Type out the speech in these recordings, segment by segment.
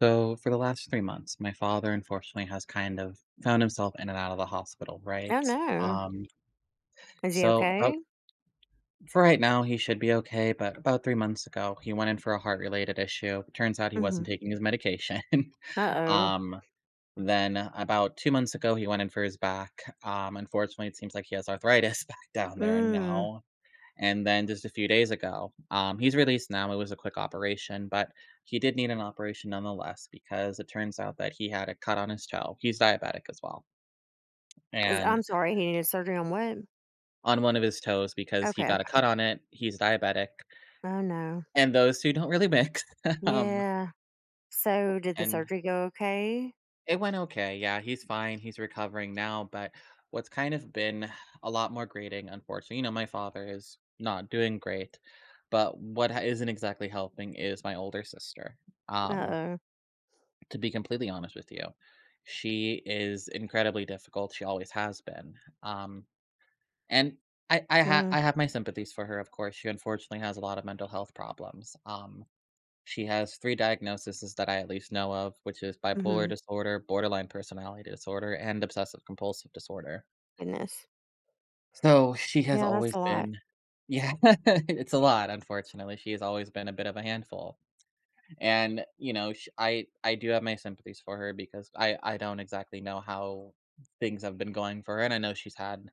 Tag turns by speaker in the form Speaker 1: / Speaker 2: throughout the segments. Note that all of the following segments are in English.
Speaker 1: So, for the last 3 months, my father unfortunately has kind of found himself in and out of the hospital,
Speaker 2: Oh,
Speaker 1: right?
Speaker 2: no.
Speaker 1: Um,
Speaker 2: Is he
Speaker 1: so
Speaker 2: okay?
Speaker 1: about for right now, he should be okay, but about 3 months ago, he went in for a heart-related issue. Turns out he wasn't
Speaker 2: Mhm.
Speaker 1: taking his medication.
Speaker 2: Uh-oh.
Speaker 1: Um, then about 2 months ago, he went in for his back. Unfortunately, it seems like he has arthritis back down there and
Speaker 2: Mm.
Speaker 1: now. And then just a few days ago, he's released now. It was a quick operation, but he did need an operation nonetheless because it turns out that he had a cut on his toe. He's diabetic as well.
Speaker 2: Is I'm
Speaker 1: And
Speaker 2: sorry, he needed surgery on what?
Speaker 1: on one of his toes, because he
Speaker 2: Okay,
Speaker 1: got a
Speaker 2: okay.
Speaker 1: cut on it, he's diabetic.
Speaker 2: Oh, no.
Speaker 1: And those two don't really mix. um,
Speaker 2: Yeah. So did the
Speaker 1: and
Speaker 2: surgery go okay?
Speaker 1: It went okay. Yeah, he's fine. He's recovering now. But what's kind of been a lot more grating, unfortunately, you know, my father is not doing great. But isn't exactly helping is my older sister. Um,
Speaker 2: Uh-oh.
Speaker 1: To be completely honest with you, she is incredibly difficult, she always has been, um, and
Speaker 2: Mm.
Speaker 1: I have my sympathies for her, of course, she unfortunately has a lot of mental health problems, she has 3 diagnoses that I at least know of, which is bipolar
Speaker 2: Mhm.
Speaker 1: disorder, borderline personality disorder, and obsessive compulsive disorder.
Speaker 2: Goodness.
Speaker 1: So, she has
Speaker 2: Yeah, that's
Speaker 1: always
Speaker 2: a lot.
Speaker 1: been. Yeah, it's a lot, unfortunately, she has always been a bit of a handful. And, you know, sh I do have my sympathies for her because I don't exactly know how things have been going for her, and I know she's had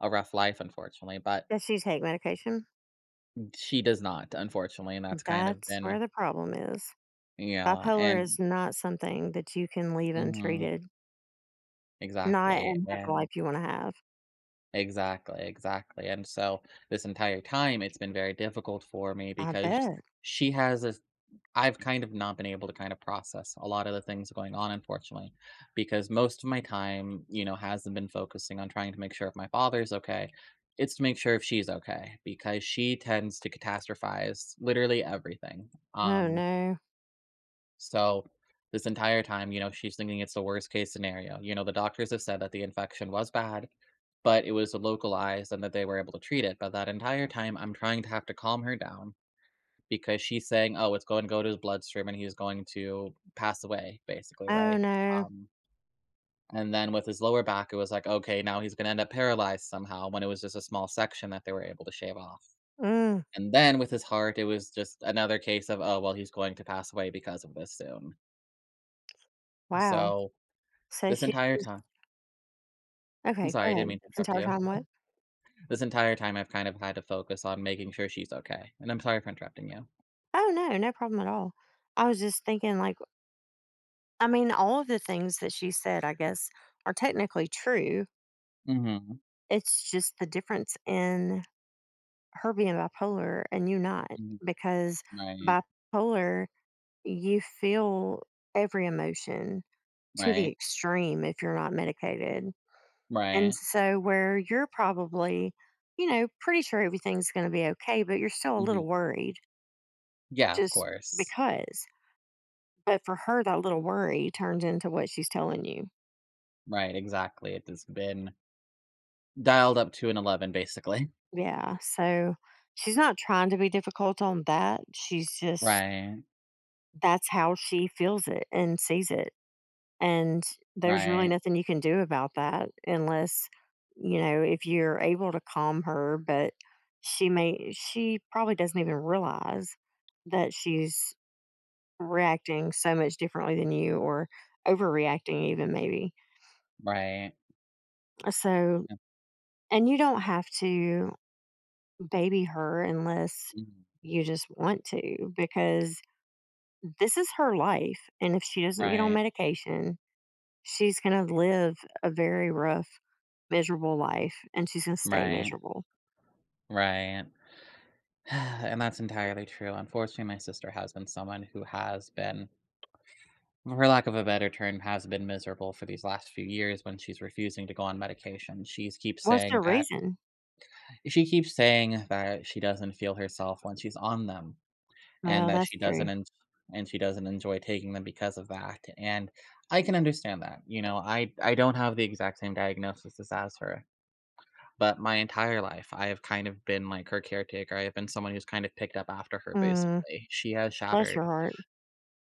Speaker 1: a rough life, unfortunately, but
Speaker 2: Does she take medication?
Speaker 1: she does not, unfortunately, and that's kind of
Speaker 2: That's where
Speaker 1: been,
Speaker 2: the problem is.
Speaker 1: yeah,
Speaker 2: Bipolar
Speaker 1: and
Speaker 2: is not something that you can leave
Speaker 1: mhm,
Speaker 2: untreated, not
Speaker 1: exactly,
Speaker 2: and have
Speaker 1: yeah,
Speaker 2: the life you wanna have.
Speaker 1: exactly, exactly, and so, this entire time, it's been very difficult for me
Speaker 2: I
Speaker 1: because
Speaker 2: bet.
Speaker 1: she has a. I've kind of not been able to kind of process a lot of the things going on, unfortunately, because most of my time, you know, hasn't been focusing on trying to make sure if my father's okay. It's to make sure if she's okay because she tends to catastrophize literally everything.
Speaker 2: Oh,
Speaker 1: Um,
Speaker 2: no.
Speaker 1: so this entire time, you know, she's thinking it's the worst case scenario. You know, the doctors have said that the infection was bad, but it was localized and that they were able to treat it. But that entire time, I'm trying to have to calm her down because she's saying, "Oh, it's going to go to his bloodstream and he's going to pass away," basically,
Speaker 2: Oh,
Speaker 1: right?
Speaker 2: no.
Speaker 1: Um, and then with his lower back, it was like, okay, now he's going to end up paralyzed somehow when it was just a small section that they were able to shave off.
Speaker 2: Mm.
Speaker 1: And then with his heart, it was just another case of, oh, well, he's going to pass away because of this soon.
Speaker 2: Wow.
Speaker 1: So
Speaker 2: So
Speaker 1: this
Speaker 2: she.
Speaker 1: entire time, I'm
Speaker 2: Okay, go
Speaker 1: sorry, I didn't
Speaker 2: ahead.
Speaker 1: mean to
Speaker 2: This
Speaker 1: interrupt
Speaker 2: entire
Speaker 1: you.
Speaker 2: time, what?
Speaker 1: This entire time, I've kind of had to focus on making sure she's okay. And I'm sorry for interrupting you.
Speaker 2: Oh, no, no problem at all. I was just thinking, I mean, all of the things that she said, I guess, are technically true.
Speaker 1: Hmm.
Speaker 2: It's just the difference in her being bipolar and you not,
Speaker 1: Hmm.
Speaker 2: because
Speaker 1: Right,
Speaker 2: bipolar, you feel every emotion to the
Speaker 1: right,
Speaker 2: extreme if you're not medicated. And
Speaker 1: right.
Speaker 2: so, where you're probably, you know, pretty sure everything's going to be okay, but you're still a
Speaker 1: Hmm.
Speaker 2: little worried
Speaker 1: Yeah, of
Speaker 2: just
Speaker 1: course.
Speaker 2: because. But for her, that little worry turns into what she's telling you.
Speaker 1: Right, exactly. It has been dialed up to an 11 basically.
Speaker 2: Yeah. So she's not trying to be difficult on that. She's just,
Speaker 1: Right,
Speaker 2: that's how she feels it and sees it. And there's really
Speaker 1: right,
Speaker 2: nothing you can do about that unless, you know, if you're able to calm her, but she probably doesn't even realize that she's reacting so much differently than you, or overreacting, even maybe.
Speaker 1: right.
Speaker 2: So,
Speaker 1: Uh,
Speaker 2: and you don't have to baby her unless
Speaker 1: mhm.
Speaker 2: you just want to, because this is her life, and if she doesn't get on
Speaker 1: Right,
Speaker 2: medication, she's going to live a very rough, miserable life, and she's going to stay
Speaker 1: right,
Speaker 2: miserable.
Speaker 1: right. And that's entirely true. Unfortunately, my sister has been someone who has been, for lack of a better term, has been miserable for these last few years when she's refusing to go on medication.
Speaker 2: What's the reason?
Speaker 1: She keeps saying that she doesn't feel herself when she's on them. and
Speaker 2: Well,
Speaker 1: that
Speaker 2: that's
Speaker 1: she doesn't
Speaker 2: true.
Speaker 1: en- and she doesn't enjoy taking them because of that. And I can understand that. You know, I don't have the exact same diagnosis as her, but my entire life I have kind of been like her caretaker. I have been someone who's kind of picked up after her
Speaker 2: Mm,
Speaker 1: basically. She has
Speaker 2: bless your
Speaker 1: shattered.
Speaker 2: heart.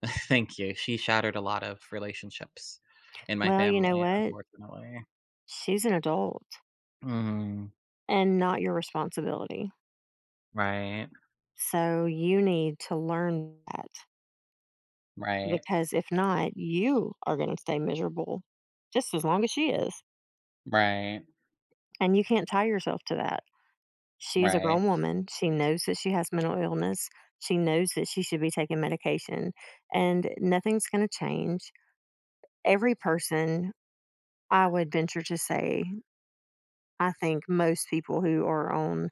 Speaker 1: Thank you. She shattered a lot of relationships in my
Speaker 2: Well, you know
Speaker 1: family,
Speaker 2: what,
Speaker 1: unfortunately.
Speaker 2: she's an adult
Speaker 1: Hmm.
Speaker 2: and not your responsibility,
Speaker 1: Right.
Speaker 2: so you need to learn that,
Speaker 1: Right.
Speaker 2: because if not, you are going to stay miserable just as long as she is.
Speaker 1: Right.
Speaker 2: And you can't tie yourself to that. She is a grown
Speaker 1: Right.
Speaker 2: woman. She knows that she has mental illness. She knows that she should be taking medication, and nothing's going to change. Every person, I would venture to say, I think most people who are on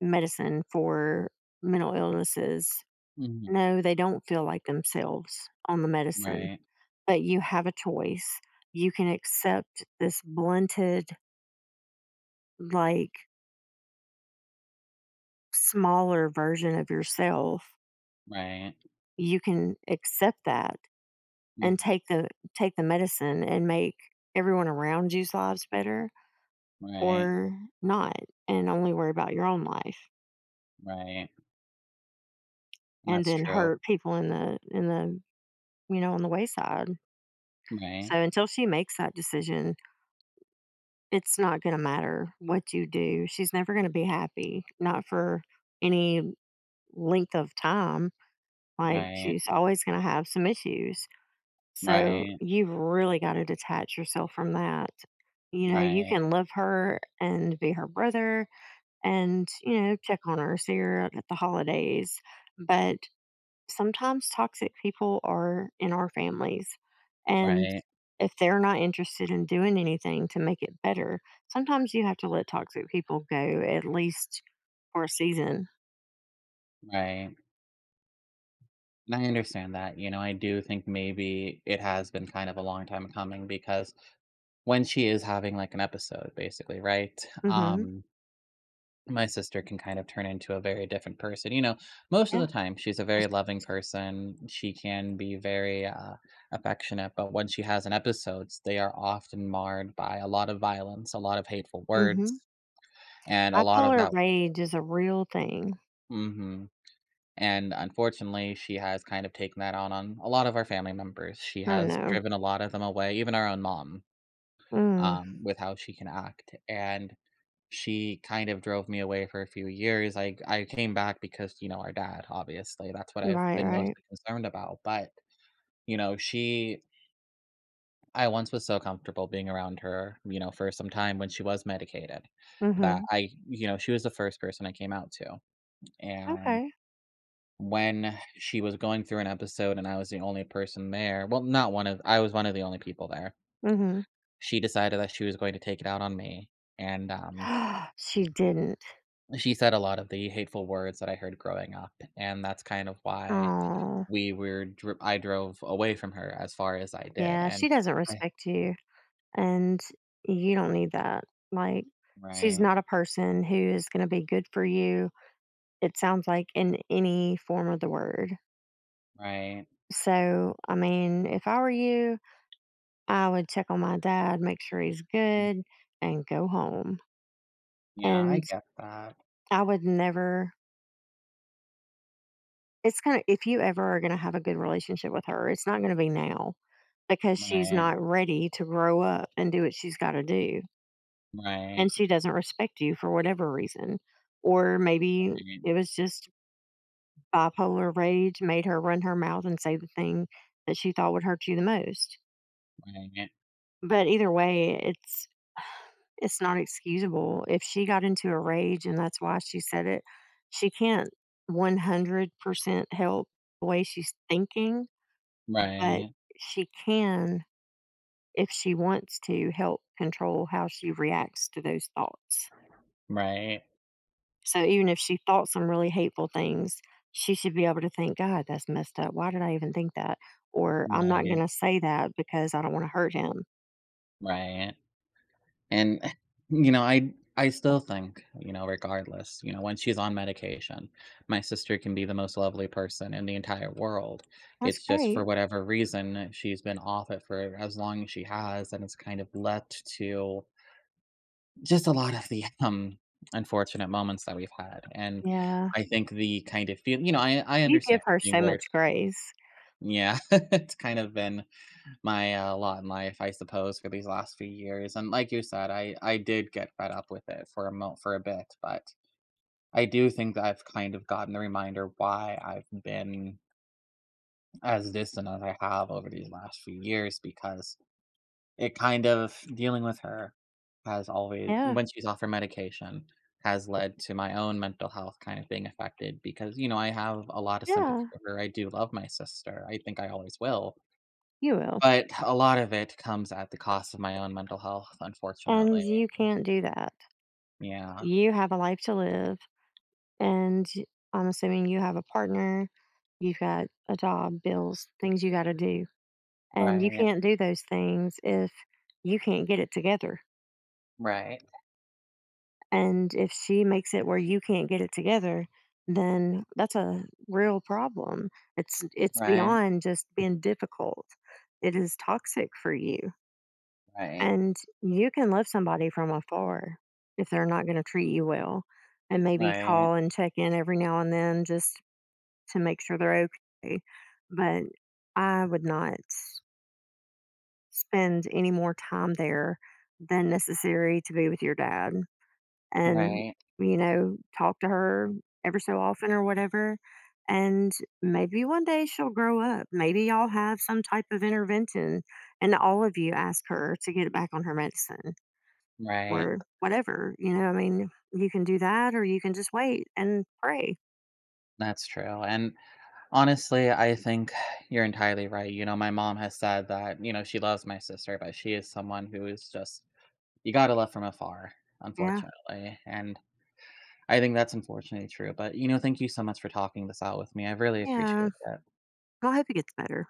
Speaker 2: medicine for mental illnesses,
Speaker 1: Hmm.
Speaker 2: no, they don't feel like themselves on the medicine,
Speaker 1: Right.
Speaker 2: but you have a choice. You can accept this blunted, like, smaller version of yourself,
Speaker 1: Right.
Speaker 2: you can accept that and
Speaker 1: Hmm.
Speaker 2: take the medicine and make everyone around you's lives better,
Speaker 1: Right.
Speaker 2: or not, and only worry about your own life,
Speaker 1: Right. And
Speaker 2: and
Speaker 1: that's
Speaker 2: then
Speaker 1: true.
Speaker 2: hurt people in the you know, on the wayside. So
Speaker 1: Right,
Speaker 2: until she makes that decision, it's not going to matter what you do, she's never going to be happy, not for any length of time, like
Speaker 1: right,
Speaker 2: she's always going to have some issues. So
Speaker 1: right,
Speaker 2: you've really got to detach yourself from that. You know, you
Speaker 1: right,
Speaker 2: can love her and be her brother and, you know, check on her, see her at the holidays. But sometimes toxic people are in our families. And
Speaker 1: right,
Speaker 2: if they're not interested in doing anything to make it better, sometimes you have to let toxic people go, at least for a season.
Speaker 1: right, and I understand that, you know, I do think maybe it has been kind of a long time coming because when she is having, like, an episode basically, right,
Speaker 2: Hmm.
Speaker 1: um, my sister can kind of turn into a very different person, you know, most of
Speaker 2: Yeah.
Speaker 1: the time, she's a very loving person, she can be very, affectionate, but when she has an episodes, they are often marred by a lot of violence, a lot of hateful
Speaker 2: Mm-hmm.
Speaker 1: words, and a lot of
Speaker 2: Bipolar
Speaker 1: that.
Speaker 2: rage is a real thing.
Speaker 1: Mhm. And unfortunately, she has kind of taken that on a lot of our family members. She
Speaker 2: Oh
Speaker 1: has
Speaker 2: no.
Speaker 1: driven a lot of them away, even our own mom,
Speaker 2: Mm.
Speaker 1: with how she can act. And she kind of drove me away for a few years. I came back because, you know, our dad, obviously. That's what I've
Speaker 2: Right,
Speaker 1: been
Speaker 2: right.
Speaker 1: mostly concerned about. But, you know, she I once was so comfortable being around her, you know, for some time when she was medicated that
Speaker 2: Mhm.
Speaker 1: I, you know, she was the first person I came out to. And
Speaker 2: Okay.
Speaker 1: when she was going through an episode and I was the only person there, well, not one of I was one of the only people there.
Speaker 2: Mhm.
Speaker 1: She decided that she was going to take it out on me, and,
Speaker 2: She didn't.
Speaker 1: she said a lot of the hateful words that I heard growing up, and that's kind of why
Speaker 2: Oh,
Speaker 1: we were dr I drove away from her as far as I did,
Speaker 2: yeah, she
Speaker 1: and
Speaker 2: doesn't
Speaker 1: I
Speaker 2: respect you, and you don't need that. Like, she's
Speaker 1: Right,
Speaker 2: not a person who is gonna be good for you, it sounds like, in any form of the word.
Speaker 1: right.
Speaker 2: So, I mean, if I were you, I would check on my dad, make sure he's
Speaker 1: Mm,
Speaker 2: good, and go home.
Speaker 1: yeah, I
Speaker 2: And
Speaker 1: get that.
Speaker 2: I would never. It's gonna if you ever are gonna have a good relationship with her, it's not gonna be now. Because she's
Speaker 1: Right,
Speaker 2: not ready to grow up and do what she's gotta do, and
Speaker 1: right,
Speaker 2: she doesn't respect you for whatever reason. Or maybe
Speaker 1: right,
Speaker 2: it was just bipolar rage made her run her mouth and say the thing that she thought would hurt you the most. But either way, it's not excusable. If she got into a rage and that's why she said it, she can't 100% help the way she's thinking, but
Speaker 1: right,
Speaker 2: she can, if she wants, to help control how she reacts to those thoughts.
Speaker 1: right,
Speaker 2: So even if she thought some really hateful things, she should be able to think, God, that's messed up. Why did I even think that? Or I'm not going
Speaker 1: right,
Speaker 2: to say that because I don't want to hurt him.
Speaker 1: right, right. And, you know, I I still think, you know, regardless, you know, when she's on medication, my sister can be the most lovely person in the entire world.
Speaker 2: That's
Speaker 1: It's just for
Speaker 2: great.
Speaker 1: whatever reason, she's been off it for as long as she has, and it's kind of led to just a lot of the unfortunate moments that we've had. And
Speaker 2: Yeah.
Speaker 1: I think the kind of feel you know, I
Speaker 2: You
Speaker 1: understand
Speaker 2: give her
Speaker 1: being
Speaker 2: so
Speaker 1: worried.
Speaker 2: much grace.
Speaker 1: Yeah, it's kind of been my, lot in life, I suppose, for these last few years, and like you said, I did get fed up with it for a mo for a bit, but I do think that I've kind of gotten the reminder why I've been as distant as I have over these last few years because it kind of dealing with her has always,
Speaker 2: Yeah.
Speaker 1: when she's off her medication, has led to my own mental health kind of being affected because, you know, I have a lot of sympathy
Speaker 2: Yeah.
Speaker 1: for her, I do love my sister, I think I always will,
Speaker 2: You will.
Speaker 1: but a lot of it comes at the cost of my own mental health,
Speaker 2: And
Speaker 1: unfortunately.
Speaker 2: you can't do that.
Speaker 1: Yeah.
Speaker 2: You have a life to live. And I'm assuming you have a partner. You've got a job, bills, things you got to do. And you
Speaker 1: Right,
Speaker 2: can't do those things if you can't get it together.
Speaker 1: right,
Speaker 2: And if she makes it where you can't get it together, then that's a real problem. It's
Speaker 1: right,
Speaker 2: beyond just being difficult. It is toxic for you.
Speaker 1: right,
Speaker 2: And you can love somebody from afar if they're not going to treat you well, and maybe
Speaker 1: right,
Speaker 2: call and check in every now and then, just to make sure they're okay. But I would not spend any more time there than necessary to be with your dad, and,
Speaker 1: right,
Speaker 2: you know, talk to her ever so often or whatever, and maybe one day she'll grow up, maybe y'all have some type of intervention and all of you ask her to get it back on her medicine,
Speaker 1: right.
Speaker 2: or whatever, you know, I mean, you can do that, or you can just wait and pray.
Speaker 1: That's true, and honestly, I think you're entirely right, you know, my mom has said that, you know, she loves my sister, but she is someone who is just, you gotta love from afar,
Speaker 2: Yeah.
Speaker 1: unfortunately, and I think that's unfortunately true, but, you know, thank you so much for talking this out with me, I really
Speaker 2: Yeah,
Speaker 1: appreciate it.
Speaker 2: I hope it gets better.